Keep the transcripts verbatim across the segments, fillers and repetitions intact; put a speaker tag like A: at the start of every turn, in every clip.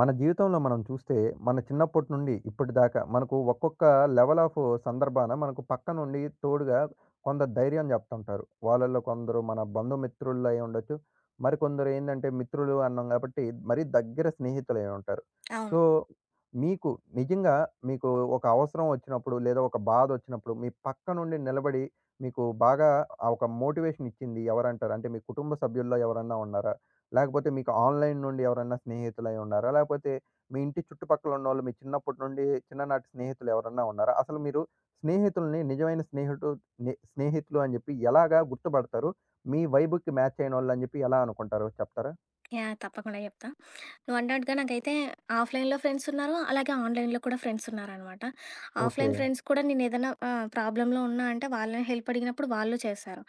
A: మన జీవితంలో మనం చూస్తే, మన చిన్నప్పటి నుండి ఇప్పటిదాకా మనకు ఒక్కొక్క లెవెల్ ఆఫ్ సందర్భాన మనకు పక్క నుండి తోడుగా కొందరు ధైర్యం చెప్తుంటారు. వాళ్ళలో కొందరు మన బంధుమిత్రుల్లో అయి ఉండొచ్చు. మరికొందరు ఏందంటే మిత్రులు అన్నాం కాబట్టి మరీ దగ్గర స్నేహితులై ఉంటారు.
B: అవును.
A: సో, మీకు నిజంగా మీకు ఒక అవసరం వచ్చినప్పుడు లేదా ఒక బాధ వచ్చినప్పుడు మీ పక్క నుండి నిలబడి మీకు బాగా ఆ ఒక మోటివేషన్ ఇచ్చింది ఎవరంటారు? అంటే మీ కుటుంబ సభ్యుల్లో ఎవరన్నా ఉన్నారా? లేకపోతే మీకు ఆన్‌లైన్ నుండి ఎవరన్నా స్నేహితులై ఉండారా? లేకపోతే మీ ఇంటి చుట్టుపక్కల ఉన్నోళ్ళు మీ చిన్నప్పటి నుండి చిన్ననాటి స్నేహితులు ఎవరన్నా ఉన్నారా? అసలు మీరు స్నేహితుల్ని నిజమైన స్నేహిటు ని స్నేహితులు అని జెప్పి ఎలాగా గుర్తుపడతారు? మీ వైబుకి మ్యాచ్ అయినోళ్ళని జెప్పి ఎలా అనుకుంటారు చెప్తారా?
B: యాహ్! తప్పకుండా చెప్తా. నువ్వన్నట్టుగా నాకైతే ఆఫ్‌లైన్‌లో ఫ్రెండ్స్ ఉన్నారు. అలాగే ఆన్‌లైన్‌లో కూడా ఫ్రెండ్స్ ఉన్నారనమాట.
A: ఓకే.
B: ఆఫ్‌లైన్ ఫ్రెండ్స్ కూడా నేనేదైనా ఆహ్, ప్రాబ్లమ్‌లో ఉన్నా అంటే వాళ్ళని హెల్ప్ అడిగినప్పుడు వాళ్ళు చేశారు.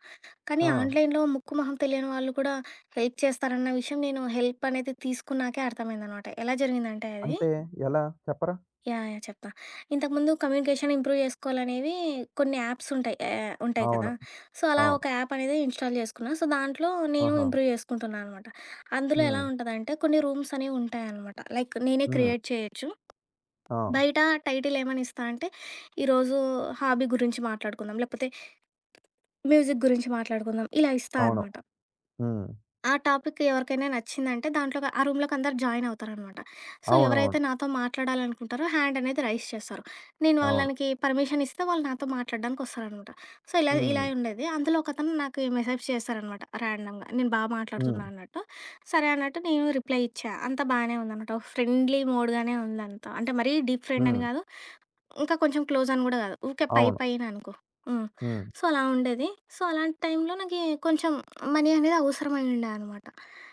B: కానీ
A: ఆ!
B: ఆన్‌లైన్‌లో ముక్కు మొహం తెలియని వాళ్ళు కూడా హెల్ప్ చేస్తారన్న విషయం నేను హెల్ప్ అనేది తీసుకున్నాకే అర్థమైందనమాట. ఎలా జరిగిందంటే అది
A: అంటే ఎలా చెప్పరా?
B: యాహ్! యాహ్! చెప్తా. ఇంతకుముందు కమ్యూనికేషన్ ఇంప్రూవ్ చేసుకోవాలనేవి కొన్ని యాప్స్ ఉంటాయి. ఆహ్, ఉంటాయి కదా!
A: అవును.
B: సో, అలా
A: అవును.
B: ఒక యాప్ అనేది ఇన్‌స్టాల్ చేసుకున్నా. సో, దాంట్లో నేను
A: ఆహా!
B: ఇంప్రూవ్ చేసుకుంటున్నా అనమాట. అందులో ఎలా
A: హ్మ్.
B: ఉంటదంటే కొన్ని రూమ్స్ అనేవి ఉంటాయనమాట. లైక్ నేనే
A: హ్మ్.
B: క్రియేట్ చేయొచ్చు.
A: ఆ!
B: బయట టైటిల్ ఏమని ఇస్తా అంటే, ఈరోజు హాబీ గురించి మాట్లాడుకుందాం, లేకపోతే మ్యూజిక్ గురించి మాట్లాడుకుందాం ఇలా ఇస్తా
A: అవును.
B: అనమాట.
A: హ్మ్.
B: ఆ టాపిక్ ఎవరికైనా నచ్చిందంటే దాంట్లోకి ఆ రూమ్‌లోకి అందరూ జాయిన్ అవుతారనమాట. సో, ఆ! ఎవరైతే
A: అవునవును.
B: నాతో మాట్లాడాలనుకుంటారో హ్యాండ్ అనేది రైజ్ చేస్తారు. నేను
A: అవును.
B: వాళ్ళనికి పర్మిషన్ ఇస్తే వాళ్ళు నాతో మాట్లాడడానికొస్తారనమాట. సో, ఇలా ఇలా
A: హ్మ్.
B: ఉండేది. అందులో ఒకతను నాకు మెసేజ్ చేశారనమాట ర్యాండమ్‌గా. నేను బా
A: హ్మ్.
B: మాట్లాడుతున్నా అన్నట్టు. సరే అన్నట్టు నేను రిప్లై ఇచ్చా. అంతా బానే ఉందనమాట. ఒక ఫ్రెండ్లీ మోడ్‌గానే ఉందంతా. అంటే మరీ డీప్ ఫ్రెండ్ అని
A: హ్మ్.
B: కాదు. ఇంకా కొంచెం క్లోజ్ అని గూడా గాదు. ఊకే పై
A: అవును.
B: పైన అనుకో. హ్మ్.
A: హ్మ్.
B: సో, అలా ఉండేది. సో, అలాంటి టైంలో నాకీ కొంచెం మనీ అనేది అవసరమై ఉండే అనమాట.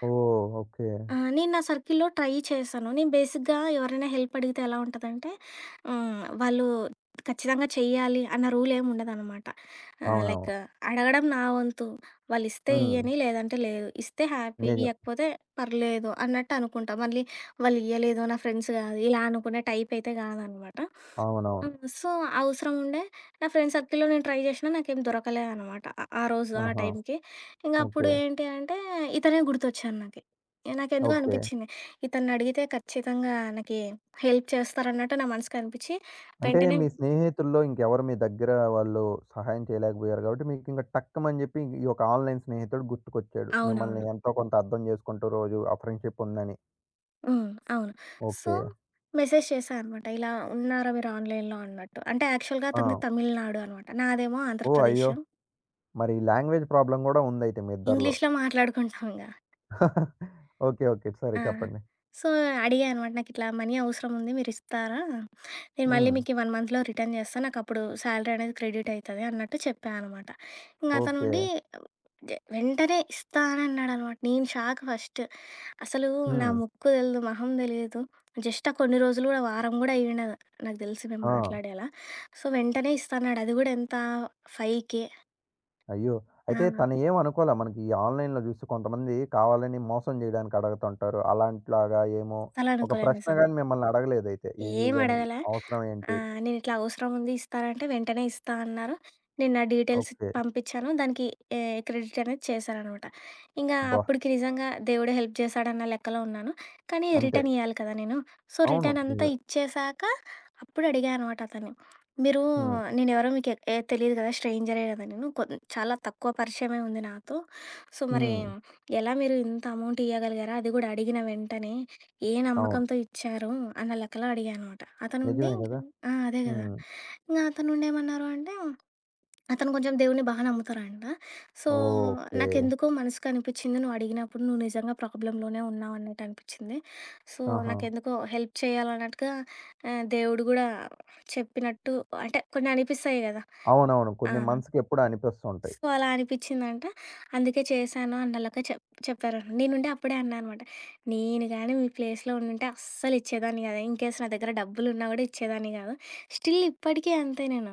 A: ఓహ్! ఓకే.
B: ఆ! నేను నా సర్కిల్‌లో ట్రై చేశాను. నేను బేసిక్‌గా ఎవరైనా హెల్ప్ అడిగితే ఎలా ఉంటదంటే, హ్మ్, వాళ్ళు ఖచ్చితంగా చెయ్యాలి అన్న రూలేమి ఉండదనమాట. ఆహ్,
A: అవునవును.
B: లైక్ అడగడం నా వంతు. వాళ్ళిస్తే
A: హ్మ్.
B: ఇయ్యని, లేదంటే లేదు. ఇస్తే హ్యాపీ,
A: నిజం.
B: ఇయ్యకపోతే పర్లేదు అన్నట్టు అనుకుంటా. మళ్ళీ వాళ్ళు ఇయ్యలేదు, నా ఫ్రెండ్స్ కాదు, ఇలా అనుకునే టైప్ అయితే కాదనమాట. హ్మ్,
A: అవునవును.
B: సో, అవసరం ఉండే నా ఫ్రెండ్ సర్కిల్‌లో నేను ట్రై చేసినా నాకేం దొరకలేదనమాట. ఆ ఆ రోజు, ఆ
A: ఆహా!
B: టైంకి. ఇంగప్పుడు
A: ఓకే.
B: ఏంటి అంటే, ఇతనే గుర్తొచ్చారు నాకు. నాకెందుకో
A: ఓకే.
B: అనిపిచ్చింది. ఇతన్నడిగితే ఖచ్చితంగా నాకి హెల్ప్ చేస్తారన్నట్టు నా మనసుకనిపిచ్చి
A: అంటే
B: వెంటనే
A: మీ స్నేహితుల్లో ఇంకెవరు మీ దగ్గర వాళ్ళు సహాయం చేయలేకపోయారు కాబట్టి మీకింక టక్కుమని జెప్పి ఈ ఒక ఆన్‌లైన్ స్నేహితుడు గుర్తుకొచ్చాడు. మిమ్మల్ని
B: అవునవును.
A: ఎంతో కొంత అర్థం జేసుకుంటూ రోజు ఆ ఫ్రెండ్‌షిప్ ఉందని.
B: హ్మ్. అవును. So,
A: okay.
B: మెసేజ్ చేశా అనమాట. ఇలా ఉన్నారా మీరు ఆన్‌లైన్‌లో అన్నట్టు. అంటే యాక్చువల్‌గా అతనిది
A: ఆ!
B: తమిళనాడు అనమాట. నాదేమో
A: ఓహ్!
B: ఆంధ్రప్రదేశ్.
A: అయ్యో! మరి లాంగ్వేజ్ ప్రాబ్లమ్ గూడా ఉందయితే మీ ఇద్దరిలో.
B: ఇంగ్లీష్‌లో మాట్లాడుకుంటాం ఇంగ.
A: ఓకే. ఓకే. సరే
B: ఆ!
A: చెప్పండి.
B: సో, అడిగా అనమాట. నాకిట్లా మనీ అవసరం ఉంది మీరిస్తారా? నేను మళ్ళీ
A: హ్మ్.
B: మీకు ఈ ఒక మంత్‌లో రిటర్న్ చేస్తా. నాకప్పుడు సాలరీ అనేది క్రెడిట్ అయితది అన్నట్టు చెప్పా అనమాట. ఇంగా
A: ఓకే.
B: అతనుండి జ వెంటనే ఇస్తా అని అన్నాడనమాట. నేను షాక్ ఫస్ట్. అసలు నా
A: హ్మ్.
B: ముక్కు తెలీదు, మొహం తెలీదు. జస్ట్ ఆ కొన్ని రోజులు గూడా వారం గూడా అయ్యుండదు నాకు తెలిసి మేము
A: ఆ!
B: మాట్లాడి అలా. సో, వెంటనే ఇస్తా అన్నాడు. అది గూడా ఎంత ఐదు వేలు.
A: అయ్యో!
B: ఆ!
A: అయితే తను ఏమనుకోలా. మనకి ఈ ఆన్‌లైన్‌లో చూసి కొంతమంది కావాలని మోసం చేయడానికి అడగతుంటారు. అలాంటిలాగా ఏమో ఒక
B: అసలనుకోలేదు
A: ప్రశ్న
B: నిజంగా.
A: గాని మిమ్మల్ని అడగలేదైతే. ఏది
B: ఏం
A: గాని
B: అడగలా.
A: అవసరం ఏంటి?
B: ఆహ్, నేనిట్లా అవసరం ఉంది ఇస్తానంటే వెంటనే ఇస్తా అన్నారు. నేను నా డీటెయిల్స్
A: ఓకే.
B: పంపిచ్చాను. దానికి ఏ క్రెడిట్ అనేది చేశారనమాట. ఇంగా
A: అబ్బా!
B: అప్పటికి నిజంగా దేవుడే హెల్ప్ చేశాడన్న లెక్కలో ఉన్నాను. కానీ
A: అంతే.
B: రిటర్న్ ఇయ్యాలి కదా నేను. సో,
A: అవును.
B: రిటర్న్ అంతా
A: నిజమే.
B: ఇచ్చేశాక అప్పుడు అడిగా అనమాట అతన్ని. మీరు
A: హ్మ్.
B: నేనెవరో మీకు ఎ తెలీదు కదా! స్ట్రేంజరే కదా నేను. కొన్ చాలా తక్కువ పరిచయమే ఉంది నాతో. సో, మరి
A: హ్మ్.
B: ఎలా మీరు ఇంత అమౌంట్ ఇయ్యగలిగారా? అది గూడా అడిగిన వెంటనే. ఏ
A: అవును.
B: నమ్మకంతో ఇచ్చారు అన్న లెక్కలో అడిగా అనమాట. అతను ఉండి
A: నిజమే
B: ఇంకా
A: గదా!
B: ఆ! అదే గదా!
A: హ్మ్.
B: ఇంగా అతనుండేమన్నారు అంటే, అతను కొంచెం దేవుడిని బా నమ్ముతారంట. So,
A: okay.
B: నాకెందుకో మనసుకు అనిపిచ్చింది నువ్వు అడిగినప్పుడు నువ్వు నిజంగా ప్రాబ్లమ్‌లోనే ఉన్నావు అన్నట్టు అనిపిచ్చింది. సో,
A: ఆహా!
B: నాకెందుకో హెల్ప్ చేయాలన్నట్టుగా ఆహ్, దేవుడు గూడా చెప్పినట్టు అంటే కొన్ని అనిపిస్తాయి గదా!
A: అవునవును.
B: ఆ!
A: కొన్ని మనసుకెప్పుడో అనిపిస్తుంటాయి.
B: సో, అలా అనిపిచ్చిందంట. అందుకే చేశాను అన్నోళ్ళకే చెప్ చెప్పారనమాట. నేనుండి అప్పుడే అన్నా అనమాట. నేను గాని మీ ప్లేస్‌లో ఉండుంటే అస్సలు ఇచ్చేదాన్ని కాదు. ఇన్‌కేస్ నా దగ్గర డబ్బులున్నా కూడా ఇచ్చేదాన్ని కాదు. స్టిల్ ఇప్పటికీ అంతే నేను.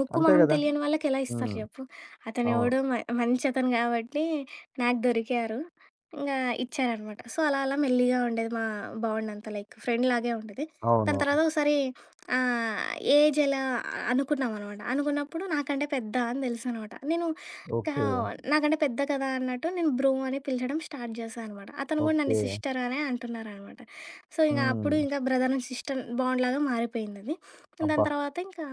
B: ముక్కు
A: అంతే
B: మొహం
A: గదా!
B: తెలియని వాళ్ళకి ఎలా ఇస్తారు
A: హ్మ్.
B: చెప్పు?
A: అవును.
B: అతనెవడో మ మంచతను కాబట్టి నాకు దొరికారు. ఇంగా ఇచ్చారనమాట. సో, అలా అలా మెల్లిగా ఉండేది మా బాండ్ అంతా లైక్ ఫ్రెండ్‌లాగే ఉండేది. దాని
A: అవును.
B: తర్వాత ఒకసారి ఆ! ఏజ్ ఎలా అనుకున్నామనమాట. అనుకున్నప్పుడు నాకంటే పెద్ద అని తెలుసనమాట. నేను ఇంకా
A: ఓకే.
B: నాకంటే పెద్ద కదా అన్నట్టు నేను బ్రో అని పిలచడం స్టార్ట్ చేశా అనమాట. అతను కూడా నన్ను
A: ఓకే.
B: సిస్టర్ అనే అంటున్నారనమాట. సో, ఇంక అప్పుడు
A: హ్మ్.
B: ఇంకా బ్రదర్ అండ్ సిస్టర్ బాండ్‌లాగా మారిపోయిందది. దాని
A: అబ్బా!
B: తర్వాత ఇంకా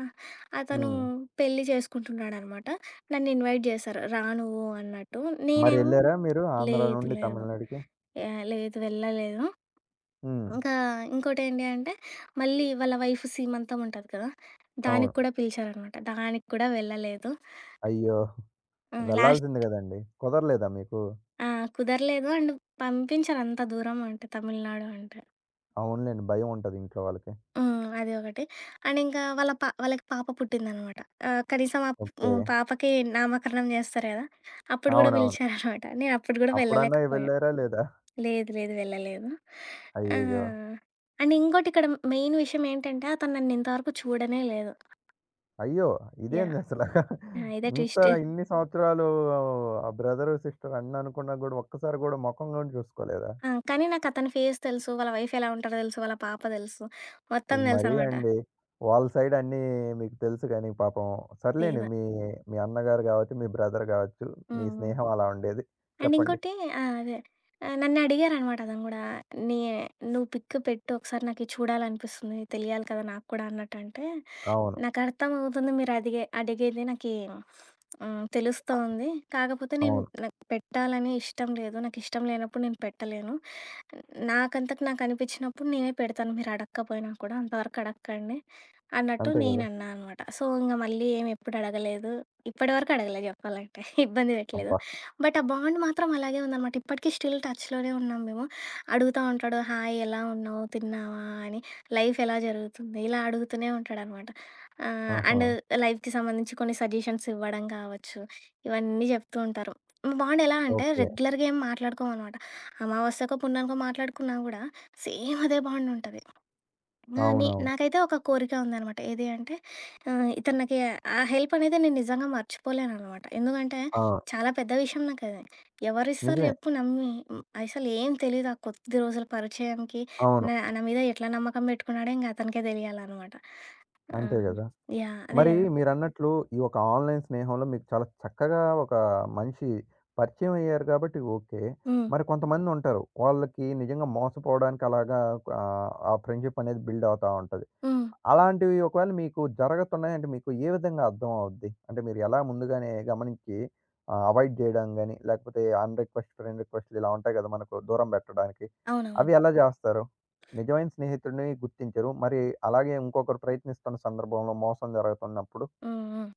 B: అతను
A: హ్మ్.
B: పెళ్లి చేసుకుంటున్నాడనమాట. నన్ను ఇన్వైట్ చేశారు. రా నువ్వు అన్నట్టు. నేనేమో
A: మరెళ్లారా మీరు ఆంధ్ర
B: లేదు
A: నుండి
B: లేదు.
A: తమిళనాడుకి?
B: యాహ్! లేదు వెళ్ళలేదు.
A: హ్మ్.
B: ఇంకా ఇంకోటేంటి అంటే, మళ్ళీ వాళ్ళ వైఫ్ సీమంతం ఉంటది కదా! దానికి
A: అవును.
B: కూడా పిలిచారనమాట. దానికి కూడా వెళ్ళలేదు.
A: అయ్యో!
B: ఆహ్, లాస్ట్.
A: వెళ్ళాల్సింది గదండీ. కుదరలేదా మీకు?
B: ఆ! కుదరలేదు అండ్ పంపించారు అంత దూరం అంటే తమిళనాడు అంటే.
A: అవునులెండి. భయం ఉంటది ఇంట్లో వాళ్ళకి.
B: హ్మ్. అది ఒకటి. అండ్ ఇంకా వాళ్ళ పా వాళ్ళకి పాప పుట్టిందనమాట. ఆహ్, కనీసం ఆ
A: ఓకే.
B: హ్మ్. పాపకి నామకరణం చేస్తారు కదా! అప్పుడు కూడా
A: అవునవును.
B: పిలిచారనమాట. నేను అప్పుడు కూడా
A: అప్పుడన్నా
B: వెళ్ళలేకపోయా.
A: వెళ్లారా లేదా?
B: లేదు లేదు వెళ్ళలేదు. ఆ!
A: అయ్యయ్యో!
B: అండ్ ఇంకోటి ఇక్కడ మెయిన్ విషయం ఏంటంటే, అతను నన్ను ఇంతవరకు చూడనే లేదు.
A: అయ్యో!
B: యాహ్!
A: ఇదేందసల?
B: ఆ! ఇదే
A: ఇంత
B: ట్విస్ట్.
A: ఇన్ని సంవత్సరాలు ఆ బ్రదర్, సిస్టర్ అన్ని అనుకున్నా గూడా ఒక్కసారి గూడా మొఖం గూడా చూసుకోలేదా?
B: ఆ! కానీ నాకతని ఫేస్ తెలుసు. వాళ్ళ వైఫ్ ఎలా ఉంటారో తెలుసు. వాళ్ళ పాప తెలుసు. మొత్తం
A: ఇది మరీ
B: తెలుసనమాట.
A: అండి. వాళ్ళ సైడ్ అన్నీ మీకు తెలుసు గానీ పాపం సర్లేండి.
B: లేదా?
A: మీ మీ అన్నగారు గావచ్చు, మీ బ్రదర్ గావచ్చు, మీ
B: హ్మ్. హ్మ్.
A: స్నేహం అలా ఉండేది.
B: అండ్
A: చెప్పండి.
B: ఇంకోటి ఆ! అదే ఆహ్, నన్నడిగారనమాట అతను గూడా. నీ "నువ్వు పిక్ పెట్టు. ఒకసారి నాకిది చూడాలనిపిస్తుంది. తెలియాలి కదా నాకు కూడా" అన్నట్టంటే
A: అవును.
B: నాకర్థమవుతుంది మీరడిగే అడిగేది నాకీ హ్మ్. తెలుస్తోంది. కాకపోతే నేను
A: అవును.
B: నాకు పెట్టాలని ఇష్టం లేదు. నాకిష్టం లేనప్పుడు నేను పెట్టలేను. నాకంతకు నాకనిపిచ్చినప్పుడు నేనే పెడతాను మీరడక్కపోయినా కూడా. అంతవరకు అడక్కండి అన్నట్టు
A: అంతే గదా!
B: నేనన్నా అనమాట. సో, ఇంగ మళ్ళీ ఏమి ఎప్పుడు అడగలేదు. ఇప్పటివరకు అడగలేదు జెప్పాలంటే. ఇబ్బంది పెట్టలేదు.
A: అబ్బా!
B: బట్ ఆ బాండ్ మాత్రం అలాగే ఉందనమాట. ఇప్పటికి స్టిల్ టచ్‌లోనే ఉన్నాం మేము. అడుగుతా ఉంటాడు. హాయ్ ఎలా ఉన్నావు? తిన్నావా? అని లైఫ్ ఎలా జరుగుతుంది? ఇలా అడుగుతూనే ఉంటాడనమాట. ఆ!
A: ఆహా!
B: అండ్ లైఫ్‌కి సంబంధించి కొన్ని సజెషన్స్ ఇవ్వడం కావచ్చు, ఇవన్నీ చెప్తూ ఉంటారు. మా బావుండ్ ఎలా అంటే
A: ఓకే.
B: రెగ్యులర్‌గా ఏం మాట్లాడుకోమనమాట. అమావాస్యకో, పుణ్యానికో మాట్లాడుకున్నా గూడా సేమ్ అదే బాండ్ ఉంటది. ఆహ్, నే
A: అవునవును.
B: నాకైతే ఒక కోరిక ఉందనమాట. ఏది అంటే ఆహ్, ఇతను నాకి ఆ హెల్ప్ అనేది నేను నిజంగా మర్చిపోలేననమాట. ఎందుకంటే
A: ఆ!
B: చాలా పెద్ద విషయం నాకది. ఎవరిస్తారు
A: నిజమే.
B: జెప్పు నమ్మి? హ్మ్, అసలేం తెలీదు. ఆ కొద్ది రోజుల పరిచయంకి
A: అవును.
B: నా నా మీద ఎట్లా నమ్మకం బెట్టుకున్నాడో ఇంగ అతనికే దెలియాలనమాట. ఆ!
A: అంతే గదా!
B: యాహ్! అదే
A: మరి
B: గదా!
A: మీరన్నట్లు ఈ ఒక ఆన్‌లైన్ స్నేహంలో మీకు చాలా చక్కగా ఒక మనిషి పరిచయం అయ్యారు కాబట్టి ఓకే.
B: హ్మ్.
A: మరి కొంతమందుంటారు. వాళ్ళకి నిజంగా మోసపోవడానికి అలాగా ఆహ్, ఆ ఫ్రెండ్‌షిప్ అనేది బిల్డ్ అవుతా ఉంటది.
B: హ్మ్.
A: అలాంటివి ఒకవేళ మీకు జరగతున్నాయంటే మీకు ఏ విధంగా అర్థం అవుద్ది? అంటే మీరు ఎలా ముందుగానే గమనించి ఆహ్, అవాయిడ్ చేయడం గాని, లేకపోతే అన్‌రిక్వెస్ట్ ఫ్రెండ్ రిక్వెస్ట్‌లు ఇలా ఉంటాయి కదా! మనకు దూరం పెట్టడానికి.
B: అవునవును.
A: అవి ఎలా చేస్తారు? నిజమైన స్నేహితుడిని గుర్తించరు. మరి అలాగే ఇంకొకరు ప్రయత్నిస్తున్న సందర్భంలో మోసం జరుగుతున్నప్పుడు?
B: హ్మ్. హ్మ్.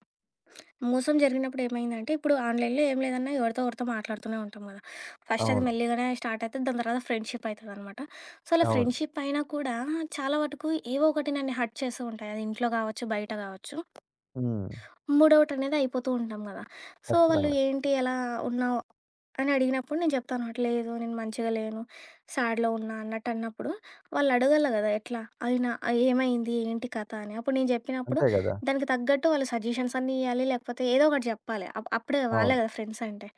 B: మోసం జరిగినప్పుడు ఏమైందంటే, ఇప్పుడు ఆన్‌లైన్‌లో ఏం లేదన్నా ఎవరితో ఒకరితో మాట్లాడుతూనే ఉంటాం గదా! ఫస్ట్ అది
A: అవును.
B: మెల్లిగానే స్టార్ట్ అయితది. దాని తర్వాత ఫ్రెండ్‌షిప్ అయితదనమాట. సో, అలా
A: అవును.
B: ఫ్రెండ్‌షిప్ అయినా కూడా చాలా వటుకు ఏవో ఒకటి నన్ను హర్ట్ చేస్తూ ఉంటాయి. అది ఇంట్లో గావచ్చు, బయట గావచ్చు.
A: హ్మ్.
B: మూడవుట్ అనేది అయిపోతూ ఉంటాం గదా! సో, వాళ్ళు
A: ఖచ్చితంగా.
B: ఏంటి ఎలా ఉన్నావు? అని అడిగినప్పుడు నేను జెప్తాను. లేదు నేను మంచిగా లేను, సాడ్‌లో ఉన్నా అన్నట్టు అన్నప్పుడు వాళ్ళు అడగల్ల గదా! ఎట్లా అయినా ఆ ఏమైంది? ఏంటి కథ? అని. అప్పుడు నేను జెప్పినప్పుడు
A: అంతే కదా!
B: దానికి తగ్గట్టు వాళ్ళు సజెషన్స్ అన్నీ ఇయ్యాలి. లేకపోతే ఏదో ఒకటి జెప్పాలి. అప్ అప్పుడే వాళ్ళే
A: అవును.
B: గదా ఫ్రెండ్స్ అంటే.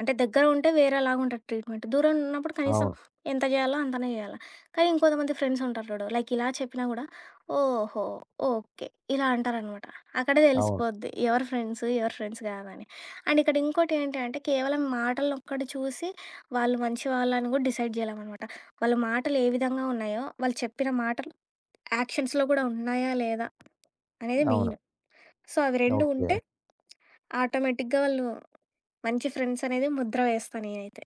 B: అంటే దగ్గర ఉంటే వేరేలాగుంటది ట్రీట్‌మెంట్. దూరం ఉన్నప్పుడు కనీసం
A: అవును.
B: ఎంత జేయాలో అంతనే జేయాల. కానీ ఇంకొంతమంది ఫ్రెండ్స్ ఉంటారు చూడు. లైక్ ఇలా చెప్పినా గూడా ఓహో! ఓకే. ఇలా అంటారనమాట. అక్కడే
A: అవును.
B: తెలిసిపోద్ది. ఎవరు ఫ్రెండ్స్, ఎవరు ఫ్రెండ్స్ కాదని. అండ్ ఇక్కడ ఇంకోటి ఏంటి అంటే కేవలం మాటలనొక్కటి చూసి వాళ్ళు మంచి వాళ్ళని గూడా డిసైడ్ జేయలేమనమాట. వాళ్ళ మాటలు ఏ విధంగా ఉన్నాయో, వాళ్ళు చెప్పిన మాటలు యాక్షన్స్‌లో గూడా ఉన్నాయా? లేదా? అనేది
A: అవును.
B: మెయిన్. సో, అవి రెండు
A: ఓకే.
B: ఉంటే ఆటోమేటిక్‌గా వాళ్ళు మంచి ఫ్రెండ్స్ అనేది ముద్ర వేస్తా నేనైతే.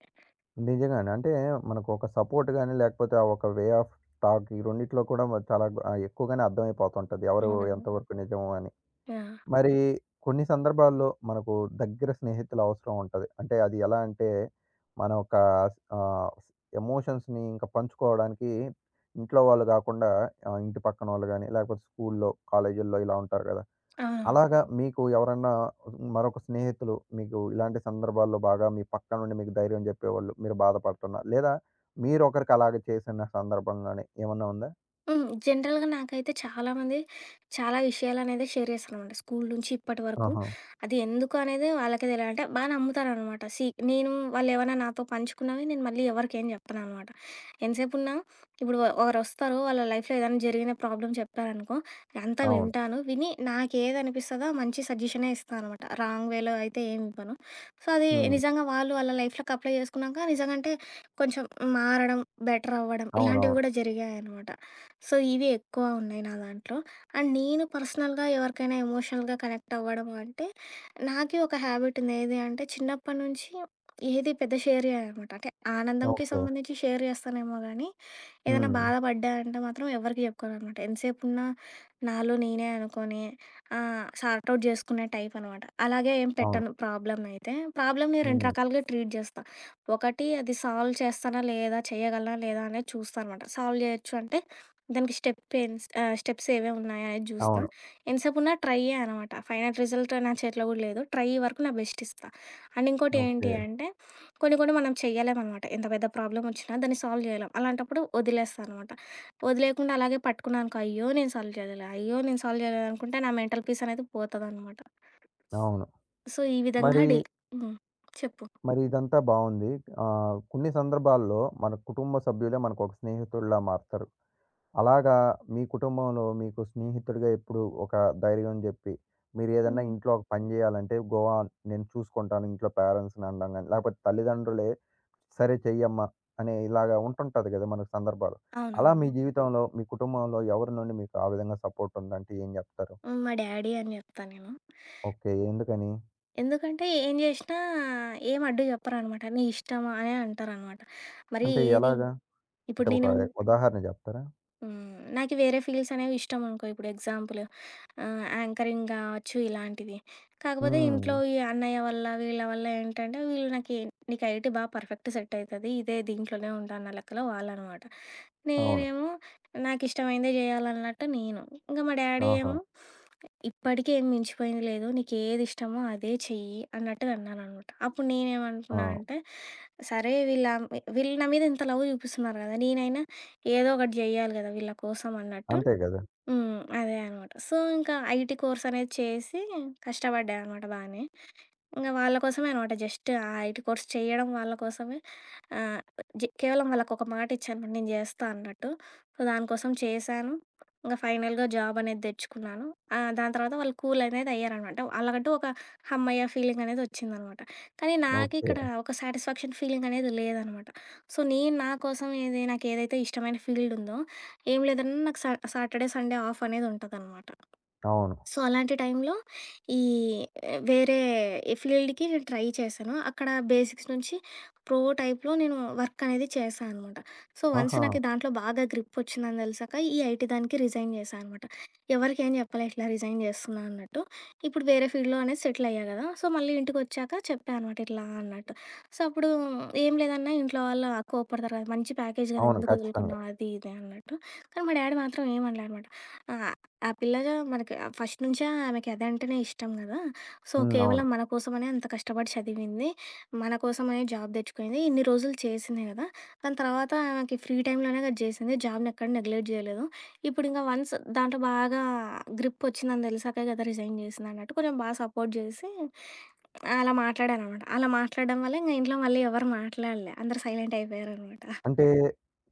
A: నిజంగానే. అంటే మనకు ఒక సపోర్ట్ గాని, లేకపోతే ఆ ఒక వే ఆఫ్ టాక్ ఈ రెండిట్లో కూడా మ చాలా గ్ ఆహ్, ఎక్కువగానే అర్థమైపోతుంటది. ఎవరు
B: అవునా?
A: ఎంతవరకు నిజము అని.
B: యాహ్!
A: మరి కొన్ని సందర్భాల్లో మనకు దగ్గర స్నేహితుల అవసరం ఉంటది. అంటే అది ఎలా అంటే మన యొక్క ఆహ్, ఎమోషన్స్‌ని ఇంకా పంచుకోవడానికి ఇంట్లో వాళ్ళు గాకుండా ఆహ్, ఇంటి పక్కనోళ్ళు గాని, లేకపోతే స్కూల్లో, కాలేజీల్లో ఇలా ఉంటారు గదా!
B: అవునవును.
A: అలాగా మీకు ఎవరన్నా మరొక స్నేహితులు మీకు ఇలాంటి సందర్భాల్లో బాగా మీ పక్కన నుండి మీకు ధైర్యం చెప్పేవాళ్ళు, మీరు బాధపడుతున్నా లేదా మీరొకరికి అలాగ చేసిన సందర్భం గాని ఏమన్నా ఉందా?
B: హ్మ్. జనరల్‌గా నాకైతే చాలామంది చాలా విషయాలనేది షేర్ చేస్తాననమాట. స్కూలు నుంచి ఇప్పటి వరకు.
A: ఆహా!
B: అది ఎందుకు అనేది వాళ్ళకే తెల అంటే బా నమ్ముతారనమాట. సి నేను వాళ్ళేవన్నా నాతో పంచుకున్నవి నేను మళ్ళీ ఎవరికేం చెప్పననమాట. ఎంతసేపున్నా ఇప్పుడు వ ఒకరొస్తారు వాళ్ళ లైఫ్‌లో ఏదైనా జరిగిన ప్రాబ్లమ్ చెప్పారనుకో, అంతా
A: అవును.
B: వింటాను. విని నాకేదనిపిస్తదో మంచి సజెషనే ఇస్తా అనమాట. రాంగ్ వేలో అయితే ఏమి ఇవ్వను. సో, అది
A: హ్మ్.
B: నిజంగా వాళ్ళు వాళ్ళ లైఫ్‌లోకి అప్లై చేసుకున్నాక నిజంగంటే కొంచెం మారడం, బెటర్ అవ్వడం ఇలాంటివి
A: అవునవును.
B: కూడా జరిగాయనమాట. సో, ఇవి ఎక్కువ ఉన్నాయి నా దాంట్లో. అండ్ నేను పర్సనల్‌గా ఎవరికైనా ఎమోషనల్‌గా కనెక్ట్ అవ్వడం అంటే, నాకి ఒక హ్యాబిట్ ఉంది. ఏది అంటే చిన్నప్పటి నుంచి ఏది పెద్ద షేర్ చేయననమాట. అంటే ఆనందంకి
A: ఓకే.
B: సంబంధించి షేర్ చేస్తానేమో గానీ, ఏదైనా
A: హ్మ్.
B: బాధపడ్డా అంటే మాత్రం ఎవరికీ చెప్పుకోననమాట. ఎంతసేపు ఉన్నా నాలో నేనే అనుకోని ఆహ్, సార్ట్ ఔట్ చేసుకునే టైప్ అనమాట. అలాగే ఏం
A: అవును.
B: పెట్టను ప్రాబ్లమ్‌నయితే. ప్రాబ్లమ్‌ని రెండు
A: హ్మ్.
B: రకాలుగా ట్రీట్ చేస్తా. ఒకటి అది సాల్వ్ చేస్తానా లేదా? చేయగలనా లేదా? అనేది చూస్తా అనమాట. సాల్వ్ చేయొచ్చు అంటే దానికి స్టెప్ ఏన్స్ ఆహ్, స్టెప్స్ ఏవేవి ఉన్నాయా అనేది చూస్తా.
A: అవును.
B: ఎంతసేపు ఉన్నా ట్రైయే అనమాట. ఫైనల్ రిజల్ట్ నా చేతిలో కూడా లేదు. ట్రై వరకు నా బెస్ట్ ఇస్తా. అండ్ ఇంకోటి ఏంటి
A: ఓకే.
B: అంటే కొన్ని కొన్ని మనం చెయ్యలేమనమాట. ఎంత పెద్ద ప్రాబ్లమొచ్చినా దాన్ని సాల్వ్ జేయలేం. అలాంటప్పుడు వదిలేస్తా అనమాట. వదిలేయకుండా అలాగే పట్టుకున్నా అనుకో, అయ్యో! నేను సాల్వ్ జేయలే, అయ్యో! నేను సాల్వ్ జేయలేదు అనుకుంటే నా మెంటల్ పీస్ అనేది పోతదనమాట.
A: అవును.
B: సో, ఈ విధంగా
A: మరి,
B: డీ హ్మ్. చెప్పు.
A: మరి ఇదంతా బావుంది. ఆహ్, కొన్ని సందర్భాల్లో మన కుటుంబ సభ్యులే మనకొక స్నేహితుల్లా మారతారు. అలాగా మీ కుటుంబంలో మీకు స్నేహితుడిగా ఎప్పుడు ఒక ధైర్యం జెప్పి, మీరేదన్నా
B: హ్మ్.
A: ఇంట్లో ఒక పని జేయాలంటే, గోవా నేను చూసుకుంటాను ఇంట్లో పేరెంట్స్‌ని అనడం గాని, లేకపోతే తల్లిదండ్రులే సరే చెయ్యమ్మా అనే ఇలాగా ఉంటుంటది గదా! మనకు సందర్భాలు. అలా
B: అవునవును.
A: మీ జీవితంలో, మీ కుటుంబంలో ఎవరి నుండి మీకు ఆ విధంగా సపోర్ట్ ఉందంటే ఏం జెప్తారు?
B: హ్మ్. మా డ్యాడీ అని జెప్తా నేను.
A: ఓకే. ఎందుకని?
B: ఎందుకంటే ఏం జేషినా ఏం అడ్డు జెప్పరనమాట. నీ ఇష్టమా అనే అంటారనమాట. మరి
A: అంటే
B: ఏది
A: ఎలాగా?
B: ఇప్పుడు
A: అంటే ఒక
B: నేను
A: ఉదాహరణ జెప్తారా?
B: హ్మ్. నాకు వేరే ఫీల్డ్స్ అనేవి ఇష్టమనుకో. ఇప్పుడు ఎగ్జాంపుల్ ఆహ్, యాంకరింగ్ గావచ్చు ఇలాంటివి. కాకపోతే
A: హ్మ్.
B: ఇంట్లో ఈ అన్నయ్య వల్ల, వీళ్ళ వల్ల ఏంటంటే వీళ్ళు నాకి "నీకు ఐటీ బా పర్ఫెక్ట్ సెట్ అయితది. ఇదే దీంట్లోనే ఉంటా" అన్న లెక్కలో వాళ్ళనమాట.
A: అవును.
B: నేనేమో నాకిష్టమైందే జేయాలన్నట్టు నేను. ఇంకా మా డ్యాడీ
A: ఆహా!
B: ఏమో "ఇప్పటికి ఏం మించిపోయింది లేదు. నీకేది ఇష్టమో అదే చెయ్యి" అన్నట్టుగా అన్నాననమాట. అప్పుడు
A: ఆ!
B: నేనేమనుకున్నా అంటే, సరే వీళ్ళ వీళ్ళు నా మీద ఇంత లవ్ చూపిస్తున్నారు గదా! నేనైనా ఏదో ఒకటి జెయ్యాలి గదా! వీళ్ళ కోసం అన్నట్టు.
A: అంతే గదా!
B: హ్మ్. అదే అనమాట. సో, ఇంకా ఐటీ కోర్స్ అనేది చేసి కష్టపడ్డా అనమాట బానే. ఇంగ వాళ్ళ కోసమే అనమాట. జస్ట్ ఆ ఐటీ కోర్స్ చేయడం వాళ్ళ కోసమే. ఆహ్, జి కేవలం వాళ్ళకొక మాట ఇచ్చాను. నేను జేస్తా అన్నట్టు. సో, దానికోసం చేశాను. ఇంగ ఫైనల్‌గా జాబ్ అనేది తెచ్చుకున్నాను. ఆహ్, దాని తర్వాత వాళ్ళు కూల్ అనేది అయ్యారనమాట. వాళ్ళకంటూ ఒక హమ్మయ్య! ఫీలింగ్ అనేది వచ్చిందనమాట. కానీ
A: ఓకే.
B: నాకిక్కడ ఒక సాటిస్ఫాక్షన్ ఫీలింగ్ అనేది లేదనమాట. సో, నేను నా కోసం ఏది నాకేదైతే ఇష్టమైన ఫీల్డ్ ఉందో, ఏం లేదన్నా నాకు సా సాటర్‌డే, సండే ఆఫ్ అనేది ఉంటదనమాట.
A: అవును.
B: సో, అలాంటి టైంలో ఈ ఆ, వేరే ఫీల్డ్‌కి నేను ట్రై చేశాను. అక్కడ బేసిక్స్ నుంచి ప్రో టైప్‌లో నేను వర్క్ అనేది చేశా అనమాట. సో, వన్స్
A: ఆహా!
B: నాకు దాంట్లో బాగా గ్రిప్ వచ్చిందని తెలిసాక ఈ ఐటీ దానికి రిజైన్ చేశా అనమాట. ఎవరికేం చెప్పలే ఇట్లా రిజైన్ చేస్తున్నా అన్నట్టు. ఇప్పుడు వేరే ఫీల్డ్‌లో అనేది సెటిల్ అయ్యా కదా! సో, మళ్ళీ ఇంటికొచ్చాక చెప్పా అనమాట ఇట్లా అన్నట్టు. సో, అప్పుడు "ఏం లేదన్నా ఇంట్లో వాళ్ళు కోప్పడతారు కదా! మంచి ప్యాకేజ్ కదా!
A: అవును.
B: ఎందుకు
A: ఖచ్చితంగా.
B: వదులుకున్నావు?" అది ఇది అన్నట్టు. కానీ మా డ్యాడీ మాత్రం ఏమనలే అనమాట. ఆ! ఆ పిల్ల మనకి ఫస్ట్ నుంచే ఆమెకి అదంటేనే ఇష్టం గదా! సో,
A: హ్మ్.
B: కేవలం
A: అవును.
B: మన కోసమనే అంత కష్టపడి చదివింది. మన కోసమనే జాబ్ తెచ్చుకుంది. ఇన్ని రోజులు చేసింది గదా! దాని తర్వాత ఆమెకి ఫ్రీ టైమ్‌లోనే కదా చేసింది. జాబ్‌నెక్కడ నెగ్లెక్ట్ జేయలేదు. ఇప్పుడింకా వన్స్ దాంట్లో బాగా గ్రిప్ వచ్చిందని తెలిసాకే గదా రిజైన్ చేసిందన్నట్టు కొంచెం బా సపోర్ట్ జేసి అలా మాట్లాడాననమాట. అలా మాట్లాడడం వల్ల ఇంగ ఇంట్లో మళ్ళీ ఎవరు మాట్లాడలే. అందరూ సైలెంట్ అయిపోయారనమాట.
A: అంటే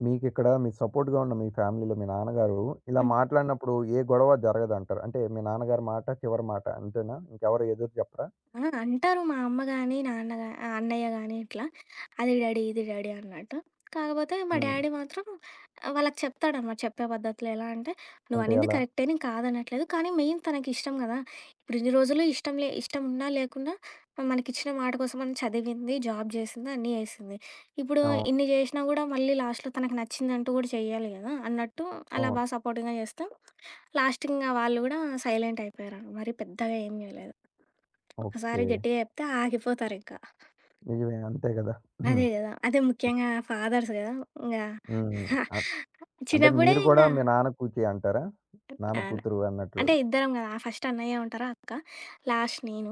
A: మీకిక్కడ మీ సపోర్ట్‌గా ఉన్న మీ ఫ్యామిలీలో మీ నాన్నగారు ఇలా మాట్లాడినప్పుడు ఏ గొడవ జరగదంటారు. అంటే మీ నాన్నగారి మాట చివరి మాట అంతేనా? ఇంకెవరు ఎదురు చెప్పరా?
B: ఆ! అంటారు మా అమ్మ గాని, నాన్న గా ఆహ్, అన్నయ్య గాని ఇట్లా. అది డాడీ, ఇది డాడీ అన్నట్టు. కాకపోతే మా
A: హ్మ్.
B: డాడీ మాత్రం ఆహ్, వాళ్ళకి చెప్తాడనమాట. చెప్పే పద్ధతిలో ఎలా అంటే,
A: అంటే
B: "నువ్వనింది
A: ఎలా?
B: కరెక్టే. నేను కాదనట్లేదు. కానీ మెయిన్ తనకిష్టం గదా! ఇప్పుడు ఇన్ని రోజులు ఇష్టం లే ఇష్టం ఉన్నా లేకున్నా మనకిచ్చిన మాట కోసమని చదివింది, జాబ్ చేసింది, అన్నీ చేసింది. ఇప్పుడు
A: అవును.
B: ఇన్ని చేషినా గూడా మళ్ళీ లాస్ట్‌లో తనకి నచ్చిందంటూ గూడా చెయ్యాలి గదా!" అన్నట్టు అలా
A: అవును.
B: బా సపోర్టింగ్‌గా చేస్తే లాస్ట్ ఇంగ వాళ్ళు గూడా సైలెంట్ అయిపోయారు. మరి పెద్దగా ఏం జేయలేదు. ఒకసారి
A: ఓకే.
B: గట్టిగా జెప్తే ఆగిపోతారింకా.
A: నిజమే అంతే గదా!
B: అదే
A: హ్మ్.
B: గదా! అదే ముఖ్యంగా ఫాదర్స్ గదా! ఇంగా
A: హ్మ్. అ అంటే
B: చిన్నప్పుడే
A: మీరు కూడా
B: ఇంగా
A: మీ నాన్న కూచి అంటారా? నాన్న కూతురు అన్నట్లు.
B: అంటే ఇద్దరం గదా! ఫస్ట్ అన్నయ్య ఉంటారు. అక్క. లాస్ట్ నేను.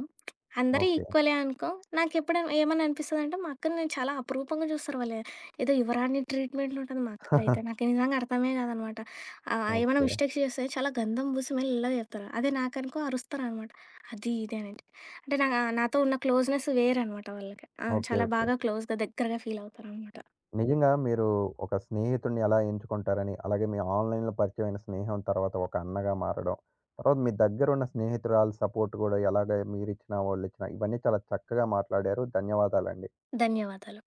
B: అందరూ
A: ఓకే.
B: ఈక్వలే అనుకో. నాకెప్పుడైనా ఏమన్నా అనిపిస్తదంటే, మా అక్కని నేను చాలా అపురూపంగా చూస్తారు వాళ్ళు. ఏదో యువరాణి ట్రీట్‌మెంట్‌లో ఉంటది మా అక్కకైతే. నాకు నిజంగా అర్థమే కాదనమాట. ఆహ్, ఏమైనా
A: ఓకే.
B: మిస్టేక్స్ చేస్తే చాలా గంధం పూసి మెల్లగా చెప్తారు. అదే నాకనుకో అరుస్తారనమాట. అది ఇది అని. అంటే నా నాతో ఉన్న క్లోజ్‌నెస్ వేరనమాట వాళ్ళకి. ఆ!
A: ఓకే.
B: చాలా
A: ఓకే.
B: బాగా క్లోజ్‌గా దగ్గరగా ఫీల్ అవుతారనమాట.
A: నిజంగా మీరు ఒక స్నేహితుడిని ఎలా ఎంచుకుంటారని, అలాగే మీ ఆన్‌లైన్‌లో పరిచయమైన స్నేహం తర్వాత ఒక అన్నగా మారడం, తర్వాత మీ దగ్గరున్న స్నేహితురాలు సపోర్ట్ గూడా ఎలాగ మీరిచ్చినా, వాళ్ళిచ్చినా ఇవన్నీ చాలా చక్కగా మాట్లాడారు. ధన్యవాదాలండి.
B: ధన్యవాదాలు.